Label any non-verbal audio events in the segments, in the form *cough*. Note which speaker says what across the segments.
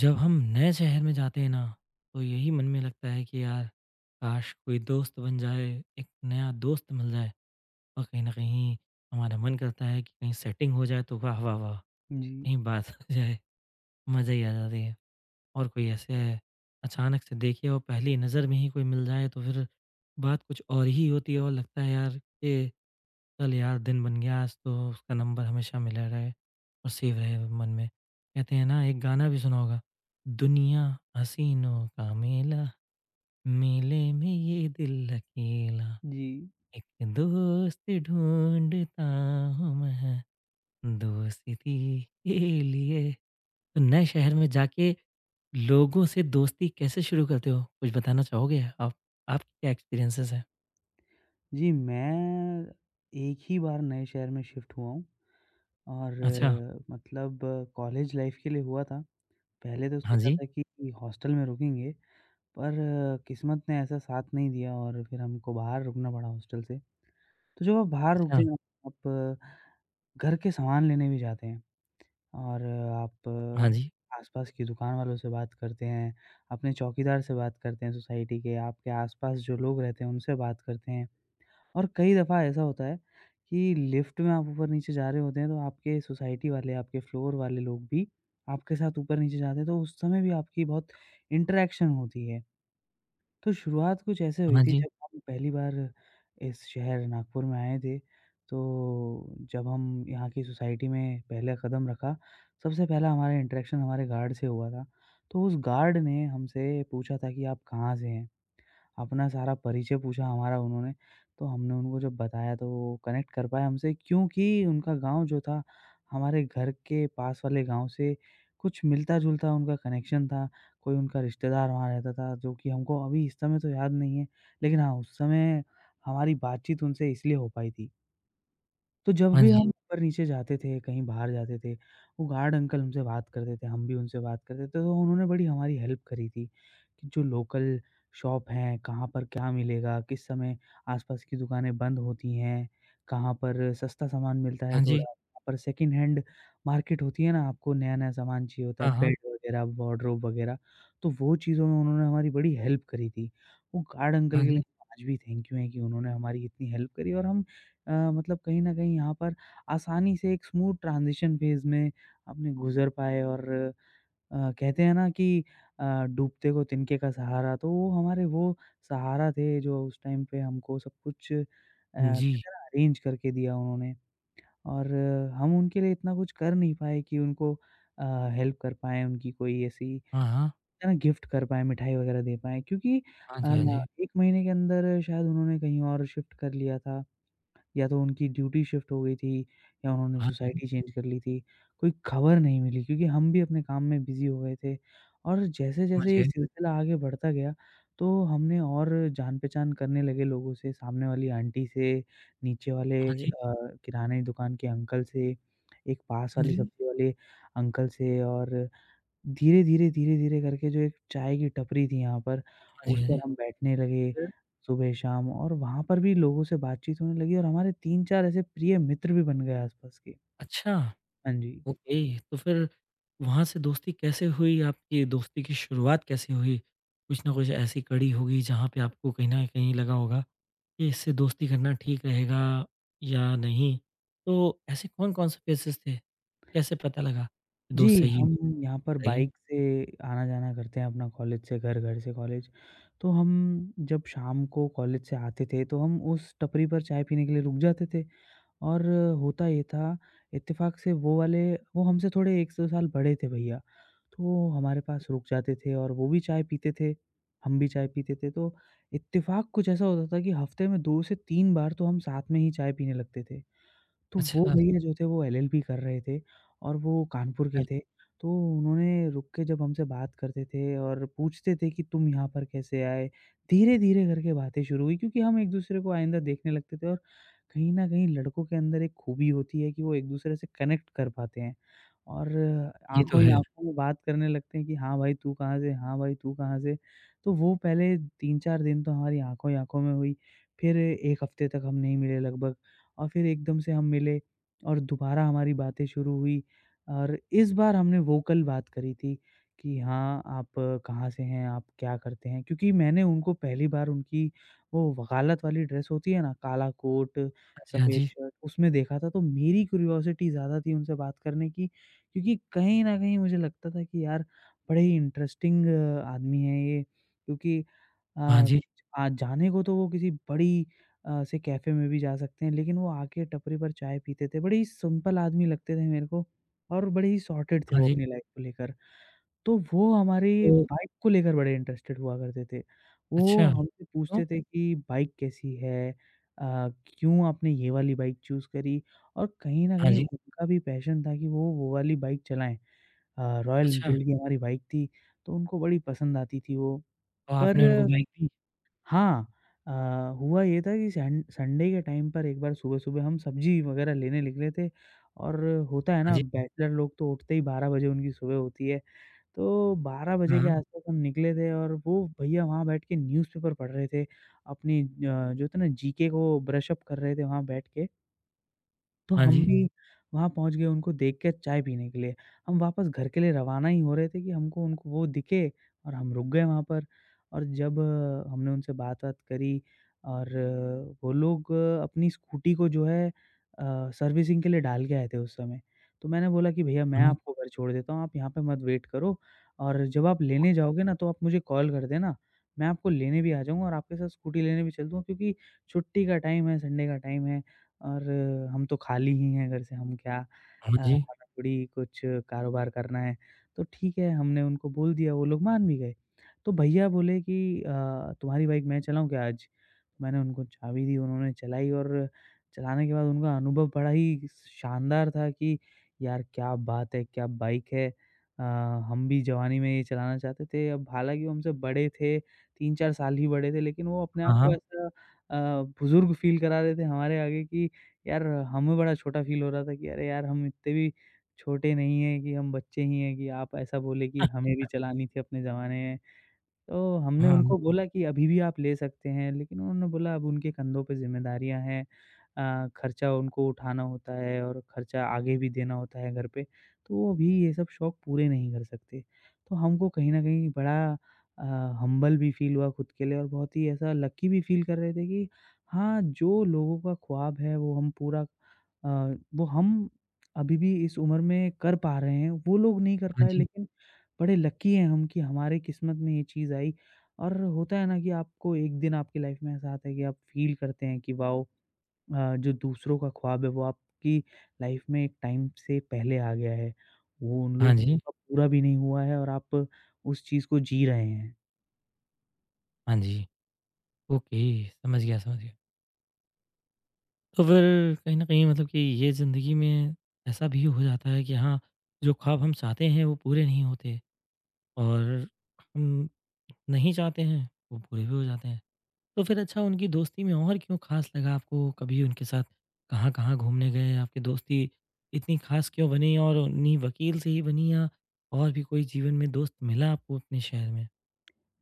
Speaker 1: जब हम नए शहर में जाते हैं ना, तो यही मन में लगता है कि यार, काश कोई दोस्त बन जाए, एक नया दोस्त मिल जाए और कहीं न कहीं हमारा मन करता है कि कहीं सेटिंग हो जाए तो वाह, वाह, वाह!
Speaker 2: जी,
Speaker 1: कहीं बात *laughs* हो जाए, मज़ा ही आ जाती है। और कोई ऐसे अचानक से देखे और पहली नज़र में ही कोई मिल जाए तो फिर बात कुछ और ही होती है और लगता है यार कि चल यार दिन बन गया आज तो उसका नंबर हमेशा मिला रहे और सेव रहे मन में। कहते हैं ना एक गाना भी सुना होगा, दुनिया हसीनों का मेला, मेले में ये दिल अकेला,
Speaker 2: जी।
Speaker 1: एक दोस्त ढूँढता हूँ मैं, दोस्ती के लिए। तो नए शहर में जाके लोगों से दोस्ती कैसे शुरू करते हो? कुछ बताना चाहोगे आप? आपके क्या एक्सपीरियंसेस हैं?
Speaker 2: जी, मैं एक ही बार नए शहर में शिफ्ट हुआ हूँ और
Speaker 1: अच्छा,
Speaker 2: अच्छा। मतलब कॉलेज लाइफ़ के लिए हुआ था। पहले तो
Speaker 1: हाँ
Speaker 2: सोचा
Speaker 1: जी,
Speaker 2: था कि हॉस्टल में रुकेंगे, पर किस्मत ने ऐसा साथ नहीं दिया और फिर हमको बाहर रुकना पड़ा हॉस्टल से। तो जब आप बाहर
Speaker 1: अच्छा,
Speaker 2: रुकते हैं, आप घर के सामान लेने भी जाते हैं और
Speaker 1: हाँ जी,
Speaker 2: आस-पास की दुकान वालों से बात करते हैं, अपने चौकीदार से बात करते हैं सोसाइटी के, आपके आस-पास जो लोग रहते हैं, उनसे बात करते हैं। और कई दफ़ा ऐसा होता है कि लिफ्ट में आप ऊपर-नीचे जा रहे होते हैं, तो आपके सोसाइटी वाले, आपके फ्लोर वाले लोग भी आपके साथ ऊपर-नीचे जाते हैं, तो उस समय भी आपकी बहुत इंटरैक्शन होती है। तो शुरुआत कुछ ऐसे हुई
Speaker 1: हाँ
Speaker 2: थी
Speaker 1: जी,
Speaker 2: जब हम पहली बार इस शहर नागपुर में आए थे, तो जब हम यहाँ की सोसाइटी में पहला कदम रखा, सबसे पहला हमारा इंटरैक्शन हमारे गार्ड से हुआ था। तो उस गार्ड ने हमसे पूछा था कि आप कहाँ से हैं? अपना सारा परिचय पूछा हमारा उन्होंने, तो हमने उनको जब बताया तो वो कनेक्ट कर पाए हमसे क्योंकि उनका गाँव जो था, हमारे घर के पास वाले गाँव से कुछ मिलता-जुलता उनका कनेक्शन था। कोई उनका रिश्तेदार वहाँ रहता था जो कि हमको अभी इस समय तो याद नहीं है, लेकिन हाँ, उस समय हमारी बातचीत उनसे इसलिए हो पाई थी। तो जब
Speaker 1: हाँ जी,
Speaker 2: भी
Speaker 1: हाँ जी,
Speaker 2: हम ऊपर नीचे जाते थे, कहीं बाहर जाते थे, वो गार्ड अंकल हमसे बात करते थे, हम भी उनसे बात करते थे, तो उन्होंने बड़ी हमारी हेल्प करी थी कि जो लोकल शॉप हैं, कहाँ पर क्या मिलेगा, किस समय आसपास की दुकानें बंद होती हैं, कहाँ पर सस्ता सामान मिलता है
Speaker 1: हाँ
Speaker 2: थोड़ा,
Speaker 1: जी।
Speaker 2: कहाँ पर सेकंड हैंड मार्केट होती है ना, आपको नया-नया सामान चाहिए होता है,
Speaker 1: हाँ, हाँ।
Speaker 2: बेड वगैरह, वार्डरोब वगैरह, तो वो चीज़ों में उन्होंने हमारी बड़ी हेल्प करी थी। वो गार्ड अंकल
Speaker 1: हाँ
Speaker 2: के लिए
Speaker 1: जी।
Speaker 2: आज भी थैंक यू हैं कि उन्होंने हमारी इतनी हेल्प करी और हम मतलब कहीं न कहीं यहाँ पर आसानी से एक स्मूथ ट्रांज़िशन फ़ेज़ में आपने गुज़र पाए और कहते हैं ना कि अ, डूबते को तिनके का सहारा, तो वो हमारे वो सहारा थे जो उस टाइम पे हमको सब कुछ
Speaker 1: जी।
Speaker 2: कहते हैं ना अरेंज करके दिया उन्होंने और हम उनके लिए इतना कुछ कर नहीं पाए कि उनको अ, हेल्प कर पाएँ, उनकी कोई ऐसी
Speaker 1: हाँ, हाँ।
Speaker 2: है ना गिफ्ट कर पाएँ, मिठाई वग़ैरह दे पाएँ क्योंकि
Speaker 1: हाँ
Speaker 2: अ,
Speaker 1: जी, हाँ जी।
Speaker 2: 1 महीने के अंदर शायद उन्होंने कहीं और शिफ्ट कर लिया था या तो उनकी ड्यूटी शिफ्ट हो गई थी या उन्होंने
Speaker 1: हाँ जी,
Speaker 2: सोसाइटी चेंज कर ली थी, कोई खबर नहीं मिली क्योंकि हम भी अपने काम में बिज़ी हो गए थे। और
Speaker 1: समझ
Speaker 2: जैसे-जैसे ये
Speaker 1: गए।
Speaker 2: सिलसिला आगे बढ़ता गया, तो हमने और जान-पहचान करने लगे लोगों से, सामने वाली आंटी से, नीचे वाले
Speaker 1: हाँ जी,
Speaker 2: अ, किराने दुकान के अंकल से, एक पास
Speaker 1: हाँ
Speaker 2: वाले
Speaker 1: जी।
Speaker 2: सब्ज़ी वाले अंकल से और धीरे, धीरे, धीरे, धीरे करके जो एक चाय की टपरी थी यहाँ पर,
Speaker 1: हाँ
Speaker 2: उस
Speaker 1: जी, हाँ
Speaker 2: पर
Speaker 1: जी।
Speaker 2: हम बैठने लगे सुबह-शाम और वहाँ पर भी लोगों से बातचीत होने लगी और हमारे 3-4 ऐसे प्रिय मित्र भी बन गए आस-पास के।
Speaker 1: अच्छा,
Speaker 2: हाँ जी।
Speaker 1: ओके। तो फिर वहाँ से दोस्ती कैसे हुई? आपकी दोस्ती की शुरुआत कैसे हुई? कुछ ना कुछ ऐसी कड़ी होगी जहाँ पे आपको कहीं न कहीं लगा होगा कि इससे दोस्ती करना ठीक रहेगा या नहीं? तो ऐसे कौन-कौन से फेसेज़ थे? कैसे पता लगा कि दोस्त
Speaker 2: जी,
Speaker 1: सही है?
Speaker 2: हम यहाँ पर
Speaker 1: बताइए।
Speaker 2: बाइक से आना-जाना करते हैं अपना कॉलेज से घर, घर से कॉलेज। तो हम जब शाम को कॉलेज से आते थे तो हम उस टपरी पर चाय पीने के लिए रुक जाते थे और होता ये था इत्तेफ़ाक से वो वाले वो हमसे थोड़े 1 से 2 साल बड़े थे भैया, तो वो हमारे पास रुक जाते थे और वो भी चाय पीते थे, हम भी चाय पीते थे। तो इत्तेफ़ाक कुछ ऐसा होता था कि हफ़्ते में 2 से 3 बार तो हम साथ में ही चाय पीने लगते थे। तो
Speaker 1: अच्छा,
Speaker 2: वो
Speaker 1: अच्छा।
Speaker 2: भैया जो थे वो एलएलबी कर रहे थे और वो कानपुर के थे। तो उन्होंने रुक के जब हमसे बात करते थे और पूछते थे कि तुम यहाँ पर कैसे आए? धीरे-धीरे करके बातें शुरू हुई क्योंकि हम एक-दूसरे को आइंदा देखने लगते थे और कहीं न कहीं लड़कों के अंदर एक खूबी होती है कि वो एक-दूसरे से कनेक्ट कर पाते हैं और
Speaker 1: ये तो
Speaker 2: आँखों ही
Speaker 1: है।
Speaker 2: आँखों में बात करने लगते हैं कि हाँ भाई तू कहाँ से? हाँ भाई तू कहाँ से? तो वो पहले 3-4 दिन तो हमारी आँखों ही आँखों में हुई। फिर 1 हफ्ते तक हम नहीं मिले लगभग। और फिर एकदम से हम मिले और दोबारा हमारी बातें शुरू हुई और इस बार हमने वोकल बात करी थी कि हाँ, आप कहाँ से हैं, आप क्या करते हैं? क्योंकि मैंने उनको पहली बार उनकी वो वकालत वाली ड्रेस होती है ना, काला कोट,
Speaker 1: हाँ
Speaker 2: सफ़ेद
Speaker 1: जी,
Speaker 2: शर्ट, उसमें देखा था, तो मेरी क्यूरियोसिटी ज़्यादा थी उनसे बात करने की क्योंकि कहीं न कहीं मुझे लगता था कि यार, बड़े ही इंटरेस्टिंग आदमी हैं ये क्योंकि
Speaker 1: हाँ
Speaker 2: अ,
Speaker 1: जी। हाँ जी।
Speaker 2: आज जाने को तो वो किसी बड़ी से कैफ़े में भी जा सकते हैं, लेकिन वो आके टपरी पर चाय पीते थे। बड़े ही सिंपल आदमी लगते थे मेरे को और बड़े ही सॉर्टेड थे
Speaker 1: हाँ
Speaker 2: वो
Speaker 1: जी।
Speaker 2: अपनी लाइफ़ को लेकर। तो वो हमारी
Speaker 1: तो
Speaker 2: बाइक को लेकर बड़े इंटरेस्टेड हुआ करते थे। वो
Speaker 1: अच्छा,
Speaker 2: हमसे पूछते
Speaker 1: तो?
Speaker 2: थे कि बाइक कैसी है? अ, क्यों आपने ये वाली बाइक चूज़ करी? और कहीं न
Speaker 1: हाँ
Speaker 2: कहीं
Speaker 1: जी।
Speaker 2: उनका भी पैशन था कि वो वाली बाइक चलाएँ। रॉयल
Speaker 1: अच्छा,
Speaker 2: एनफ़ील्ड की हमारी बाइक थी, तो उनको बड़ी पसंद आती थी वो।
Speaker 1: तो
Speaker 2: पर
Speaker 1: आपने उनको बाइक दी?
Speaker 2: हाँ, अ, हुआ ये था कि सन संडे के टाइम पर एक बार सुबह-सुबह हम सब्ज़ी वग़ैरह लेने निकले थे और होता है
Speaker 1: हाँ
Speaker 2: ना
Speaker 1: जी,
Speaker 2: बैचलर लोग तो उठते ही 12 बजे उनकी सुबह होती है। तो 12 बजे के
Speaker 1: हाँ,
Speaker 2: आस-पास हम निकले थे और वो भैया वहाँ बैठ के न्यूज़पेपर पढ़ रहे थे। अपनी जो होता है ना जीके को ब्रश अप कर रहे थे वहाँ बैठ के। तो
Speaker 1: हाँ
Speaker 2: हम
Speaker 1: जी,
Speaker 2: भी वहाँ पहुँच गए उनको देख के चाय पीने के लिए। हम वापस घर के लिए रवाना ही हो रहे थे कि हमको उनको वो दिखे और हम रुक गए वहाँ पर। और जब हमने उनसे बात-वात करी और वो लोग अपनी स्कूटी को जो है सर्विसिंग के लिए डाल के आए थे उस समय। तो मैंने बोला कि भैया मैं
Speaker 1: हाँ,
Speaker 2: आपको घर छोड़ देता हूँ, आप यहाँ पे मत वेट करो और जब आप लेने जाओगे ना तो आप मुझे कॉल कर देना। मैं आपको लेने भी आ जाऊँगा और आपके साथ स्कूटी लेने भी चल दूँगा क्योंकि छुट्टी का टाइम है, संडे का टाइम है। और हम तो खाली ही हैं घर से हम क्या
Speaker 1: हाँ जी,
Speaker 2: हमें थोड़ी कुछ कारोबार करना है। तो ठीक है हमने उनको बोल दिया वो लोग मान भी गए। तो भैया बोले कि तुम्हारी बाइक मैं चलाऊँ क्या आज? तो मैंने उनको चाबी दी उन्होंने चलाई और चलाने के बाद उनका अनुभव बड़ा ही शानदार था कि यार क्या बात है, क्या बाइक है। अ, हम भी जवानी में ये चलाना चाहते थे। अब हालाँकि वो हमसे बड़े थे, 3-4 साल ही बड़े थे लेकिन वो अपने आप
Speaker 1: हाँ,
Speaker 2: को
Speaker 1: हाँ,
Speaker 2: ऐसा अ, बुज़ुर्ग फ़ील करा रहे थे हमारे आगे कि यार हमें बड़ा छोटा फ़ील हो रहा था कि अरे यार हम इतने भी छोटे नहीं हैं कि हम बच्चे ही हैं कि आप ऐसा बोले कि हमें भी चलानी थी अपने ज़माने में। तो हमने
Speaker 1: हाँ,
Speaker 2: उनको बोला कि अभी भी आप ले सकते हैं, लेकिन उन्होंने बोला अब उनके कंधों पे ज़िम्मेदारियाँ हैं। खर्चा उनको उठाना होता है और खर्चा आगे भी देना होता है घर पे, तो वो भी ये सब शौक पूरे नहीं कर सकते। तो हमको कहीं न कहीं बड़ा अ, हम्बल भी फ़ील हुआ खुद के लिए और बहुत ही ऐसा लकी भी फ़ील कर रहे थे कि हाँ, जो लोगों का ख्वाब है वो हम पूरा अ, वो हम अभी भी इस उम्र में कर पा रहे हैं, वो लोग नहीं कर
Speaker 1: हाँ
Speaker 2: पाए
Speaker 1: जी,
Speaker 2: लेकिन बड़े लकी हैं हम कि हमारे किस्मत में ये चीज़ आई और होता है ना कि आपको एक दिन आपकी लाइफ में ऐसा आता है कि आप फ़ील करते हैं कि वाओ जो दूसरों का ख्वाब है वो आपकी लाइफ में एक टाइम से पहले आ गया है। वो उन
Speaker 1: हाँ
Speaker 2: लोग
Speaker 1: जी,
Speaker 2: का पूरा भी नहीं हुआ है और आप उस चीज़ को जी रहे हैं।
Speaker 1: हाँ जी। ओके, समझ गया, समझ गया। तो फिर कहीं न कहीं मतलब कि ये ज़िंदगी में ऐसा भी हो जाता है कि हाँ, जो ख्वाब हम चाहते हैं वो पूरे नहीं होते और हम नहीं चाहते हैं, वो पूरे भी हो जाते हैं। तो फिर अच्छा उनकी दोस्ती में और क्यों खास लगा आपको? कभी उनके साथ कहाँ-कहाँ घूमने गए? आपकी दोस्ती इतनी खास क्यों बनी और उन्हीं वकील से ही बनी या और भी कोई जीवन में दोस्त मिला आपको अपने शहर में?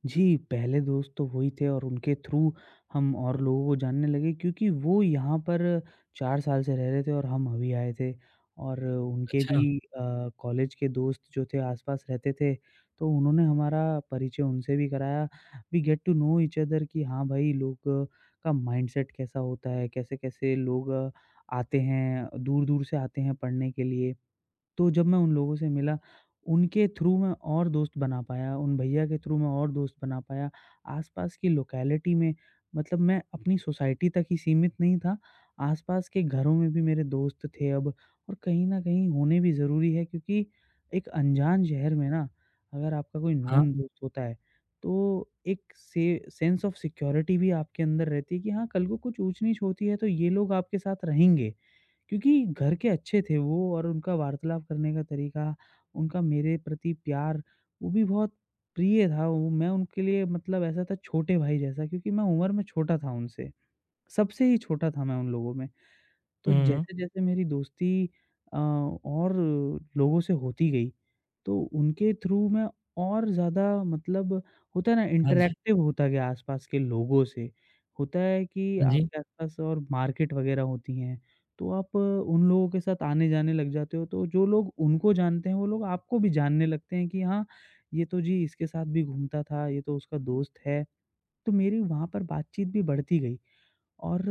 Speaker 2: जी, पहले दोस्त तो वो ही थे और उनके थ्रू हम और लोगों को जानने लगे क्योंकि वो यहाँ पर 4 साल से रह रहे थे और हम अभी आए थे और उनके
Speaker 1: अच्छा,
Speaker 2: भी कॉलेज के दोस्त जो थे आस-पास रहते थे, तो उन्होंने हमारा परिचय उनसे भी कराया। We get to know each other कि हाँ भाई, लोग का माइंडसेट कैसा होता है, कैसे-कैसे लोग आते हैं, दूर-दूर से आते हैं पढ़ने के लिए। तो जब मैं उन लोगों से मिला, उनके थ्रू मैं और दोस्त बना पाया, उन भैया के थ्रू मैं और दोस्त बना पाया। आस-पास की लोकेलिटी में मतलब मैं अपनी सोसाइटी तक ही सीमित नहीं था, आस-पास के घरों में भी मेरे दोस्त थे अब और कहीं न कहीं होने भी ज़रूरी है क्योंकि एक अनजान शहर में ना अगर आपका कोई
Speaker 1: हाँ।
Speaker 2: नोन दोस्त होता है, तो एक से सेंस ऑफ सिक्योरिटी भी आपके अंदर रहती है कि हाँ, कल को कुछ ऊँच-नीच होती है तो ये लोग आपके साथ रहेंगे। क्योंकि घर के अच्छे थे वो और उनका वार्तालाप करने का तरीका, उनका मेरे प्रति प्यार, वो भी बहुत प्रिय था। वो मैं उनके लिए मतलब ऐसा था छोटे भाई जैसा क्योंकि मैं उम्र में छोटा था उनसे, सबसे ही छोटा था मैं उन लोगों में। तो
Speaker 1: हुँ।
Speaker 2: जैसे-जैसे मेरी दोस्ती और लोगों से होती गई, तो उनके थ्रू मैं और ज़्यादा मतलब होता है ना
Speaker 1: हाँ जी,
Speaker 2: इंटरैक्टिव होता गया आसपास के लोगों से। होता है कि
Speaker 1: हाँ जी।
Speaker 2: आपके आसपास और मार्केट वगैरह होती हैं, तो आप उन लोगों के साथ आने-जाने लग जाते हो, तो जो लोग उनको जानते हैं, वो लोग आपको भी जानने लगते हैं कि हाँ, ये तो जी इसके साथ भी घूमता था, ये तो उसका दोस्त है। तो मेरी वहाँ पर बातचीत भी बढ़ती गई। और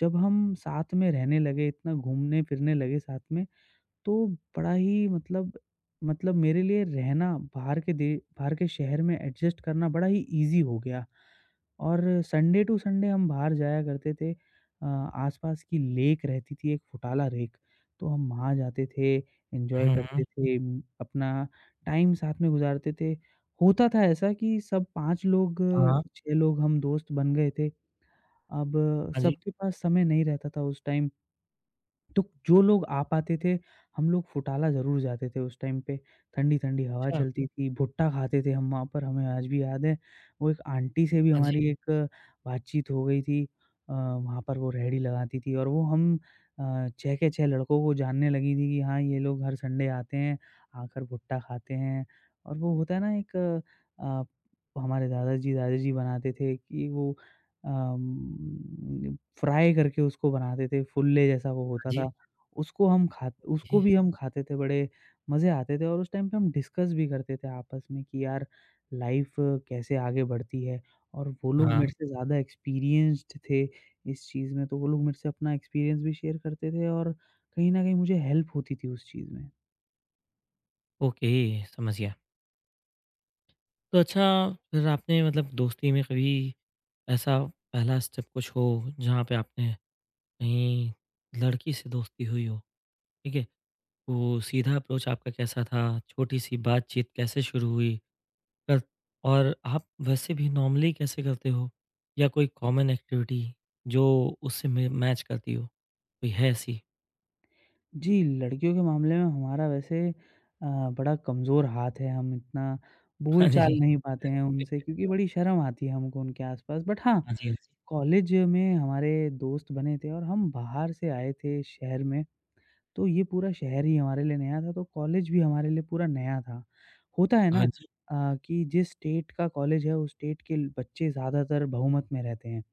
Speaker 2: जब हम साथ में रहने लगे, इतना घूमने-फिरने लगे साथ में, तो बड़ा ही मतलब मेरे लिए रहना बाहर के शहर में एडजस्ट करना बड़ा ही ईज़ी हो गया और संडे टू संडे हम बाहर जाया करते थे। आसपास की लेक रहती थी, एक फुटाला लेक, तो हम वहाँ जाते थे, एन्जॉय
Speaker 1: हुँ,
Speaker 2: करते
Speaker 1: हुँ।
Speaker 2: थे, अपना टाइम साथ में गुज़ारते थे। होता था ऐसा कि सब 5 लोग,
Speaker 1: हाँ,
Speaker 2: 6 लोग हम दोस्त बन गए थे। अब
Speaker 1: हाँ जी।
Speaker 2: सबके पास समय नहीं रहता था उस टाइम, तो जो लोग आ पाते थे, हम लोग फुटाला ज़रूर जाते थे उस टाइम पे। ठंडी-ठंडी हवा
Speaker 1: अच्छा,
Speaker 2: चलती थी, भुट्टा खाते थे हम वहाँ पर, हमें आज भी याद है। वो एक आंटी से भी
Speaker 1: हाँ जी,
Speaker 2: हमारी एक बातचीत हो गई थी। वहाँ पर वो रेहड़ी लगाती थी और वो हम 6 के 6 लड़कों को जानने लगी थी कि हाँ, ये लोग हर संडे आते हैं, आकर भुट्टा खाते हैं और वो होता है ना एक अ, हमारे दादाजी, दादी जी बनाते थे कि वो फ्राई करके उसको बनाते थे, फुल्ले जैसा वो
Speaker 1: हाँ
Speaker 2: होता था।
Speaker 1: जी।
Speaker 2: उसको
Speaker 1: जी।
Speaker 2: भी हम खाते थे, बड़े मज़े आते थे और उस टाइम पे हम डिस्कस भी करते थे आपस में कि यार लाइफ़ कैसे आगे बढ़ती है और वो लोग
Speaker 1: हाँ,
Speaker 2: मेरे से ज़्यादा एक्सपीरियंस्ड थे इस चीज़ में, तो वो लोग मेरे से अपना एक्सपीरियंस भी शेयर करते थे और कहीं न कहीं मुझे हेल्प होती थी उस चीज़ में।
Speaker 1: ओके, समझ गया। तो अच्छा फिर आपने मतलब दोस्ती में कभी ऐसा पहला स्टेप कुछ हो जहाँ पे आपने कहीं लड़की से दोस्ती हुई हो, ठीक है? तो सीधा अप्रोच आपका कैसा था? छोटी सी बातचीत कैसे शुरू हुई? कर और आप वैसे भी नॉर्मली कैसे करते हो? या कोई कॉमन एक्टिविटी जो उससे में मैच करती हो? कोई है ऐसी?
Speaker 2: जी, लड़कियों के मामले में हमारा वैसे बड़ा कमज़ोर हाथ है, हम इतना
Speaker 1: हाँ
Speaker 2: बोल-चाल
Speaker 1: जी।
Speaker 2: नहीं पाते हैं उनसे क्योंकि बड़ी शर्म आती है हमको उनके आस-पास। बट हाँ,
Speaker 1: हाँ जी, हाँ जी।
Speaker 2: कॉलेज में हमारे दोस्त बने थे और हम बाहर से आए थे शहर में, तो ये पूरा शहर ही हमारे लिए नया था, तो कॉलेज भी हमारे लिए पूरा नया था। होता है ना
Speaker 1: हाँ जी,
Speaker 2: कि जिस स्टेट का कॉलेज है, उस स्टेट के बच्चे ज़्यादातर बहुमत में रहते हैं,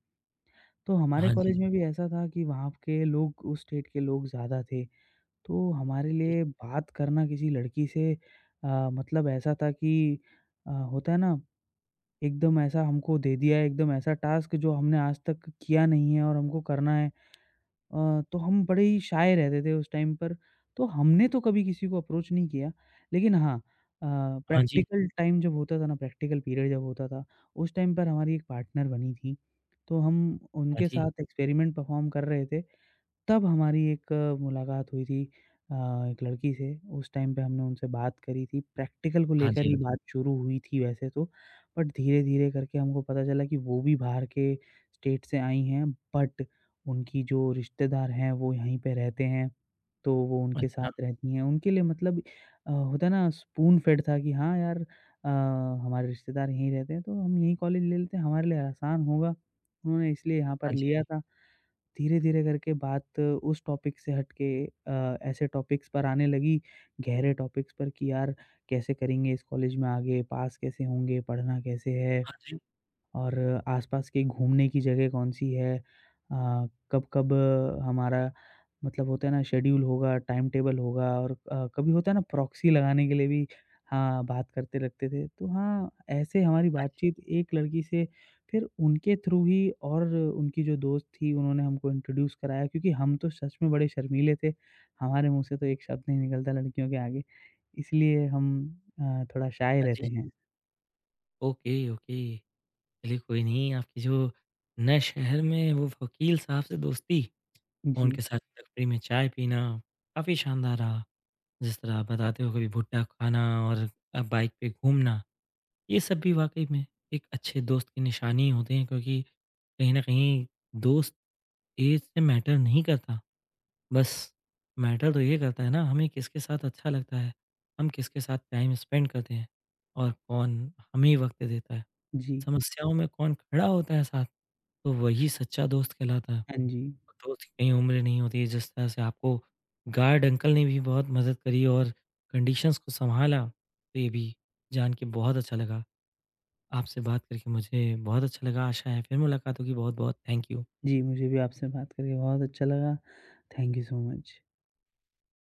Speaker 2: तो हमारे
Speaker 1: हाँ जी।
Speaker 2: कॉलेज में भी ऐसा था कि वहाँ के लोग उस स्टेट के लोग ज़्यादा थे। तो हमारे लिए बात करना किसी लड़की से मतलब ऐसा था कि होता है ना एकदम ऐसा हमको दे दिया है, एकदम ऐसा टास्क जो हमने आज तक किया नहीं है और हमको करना है। तो हम बड़े ही शाय रहते थे उस टाइम पर। तो हमने तो कभी किसी को अप्रोच नहीं किया, लेकिन हाँ अ,
Speaker 1: हाँ जी,
Speaker 2: प्रैक्टिकल टाइम जब होता था ना, प्रैक्टिकल पीरियड जब होता था, उस टाइम पर हमारी एक पार्टनर बनी थी। तो हम
Speaker 1: हाँ
Speaker 2: उनके
Speaker 1: जी,
Speaker 2: साथ एक्सपेरिमेंट परफॉर्म कर रहे थे। तब हमारी एक मुलाकात हुई थी अ, एक लड़की से, उस टाइम पे हमने उनसे बात करी थी, प्रैक्टिकल को
Speaker 1: हाँ
Speaker 2: लेकर
Speaker 1: जी,
Speaker 2: ही
Speaker 1: हाँ जी।
Speaker 2: बात शुरू हुई थी वैसे तो, बट धीरे-धीरे करके हमको पता चला कि वो भी बाहर के स्टेट से आई हैं, बट उनकी जो रिश्तेदार हैं वो यहीं पे रहते हैं, तो वो उनके
Speaker 1: अच्छा,
Speaker 2: साथ रहती हैं। उनके लिए मतलब होता है ना स्पून फेड था कि हाँ यार अ, हमारे रिश्तेदार यहीं रहते हैं, तो हम यहीं कॉलेज ले लेते हैं, हमारे लिए आसान होगा। उन्होंने इसलिए यहाँ पर
Speaker 1: हाँ जी,
Speaker 2: लिया था। धीरे-धीरे करके बात उस टॉपिक से हट के ऐसे टॉपिक्स पर आने लगी, गहरे टॉपिक्स पर कि यार कैसे करेंगे इस कॉलेज में आगे, पास कैसे होंगे, पढ़ना कैसे है?
Speaker 1: हाँ जी,
Speaker 2: और आसपास की घूमने की जगह कौन-सी है, अ, कब-कब हमारा मतलब होता है ना शेड्यूल होगा, टाइम टेबल होगा और कभी होता है ना प्रॉक्सी लगाने के लिए भी हाँ, बात करते रखते थे। तो हाँ, ऐसे हमारी
Speaker 1: हाँ जी,
Speaker 2: बातचीत एक लड़की से फिर उनके थ्रू ही और उनकी जो दोस्त थी उन्होंने हमको इंट्रोड्यूस कराया क्योंकि हम तो सच में बड़े शर्मीले थे। हमारे मुँह से तो एक शब्द नहीं निकलता लड़कियों के आगे, इसलिए हम थोड़ा शाय
Speaker 1: हाँ
Speaker 2: रहते
Speaker 1: जी।
Speaker 2: हैं।
Speaker 1: Okay, okay. चलिए कोई नहीं आपकी जो नए शहर में वो वकील साहब से दोस्ती और
Speaker 2: जी,
Speaker 1: उनके साथ टपरी में चाय पीना काफ़ी शानदार रहा। जिस तरह आप बताते हो कभी भुट्टा खाना और बाइक पे घूमना, ये सब भी वाक़ई में एक अच्छे दोस्त की निशानी होते हैं क्योंकि कहीं न कहीं दोस्त एज से मैटर नहीं करता। बस मैटर तो ये करता है ना हमें किसके साथ अच्छा लगता है, हम किसके साथ टाइम स्पेंड करते हैं और कौन हमें वक़्त देता है।
Speaker 2: जी।
Speaker 1: समस्याओं में कौन खड़ा होता है साथ, तो वही सच्चा दोस्त कहलाता है।
Speaker 2: हाँ जी।
Speaker 1: तो उसकी उम्र नहीं होती है जिस तरह से आपको गार्ड अंकल ने भी बहुत मदद करी और कंडीशंस को संभाला तो ये भी जान के बहुत अच्छा लगा। आपसे बात करके मुझे बहुत अच्छा लगा। आशा है फिर मुलाकात होगी। बहुत-बहुत थैंक यू।
Speaker 2: जी, मुझे भी आपसे बात करके बहुत अच्छा लगा। Thank you so much.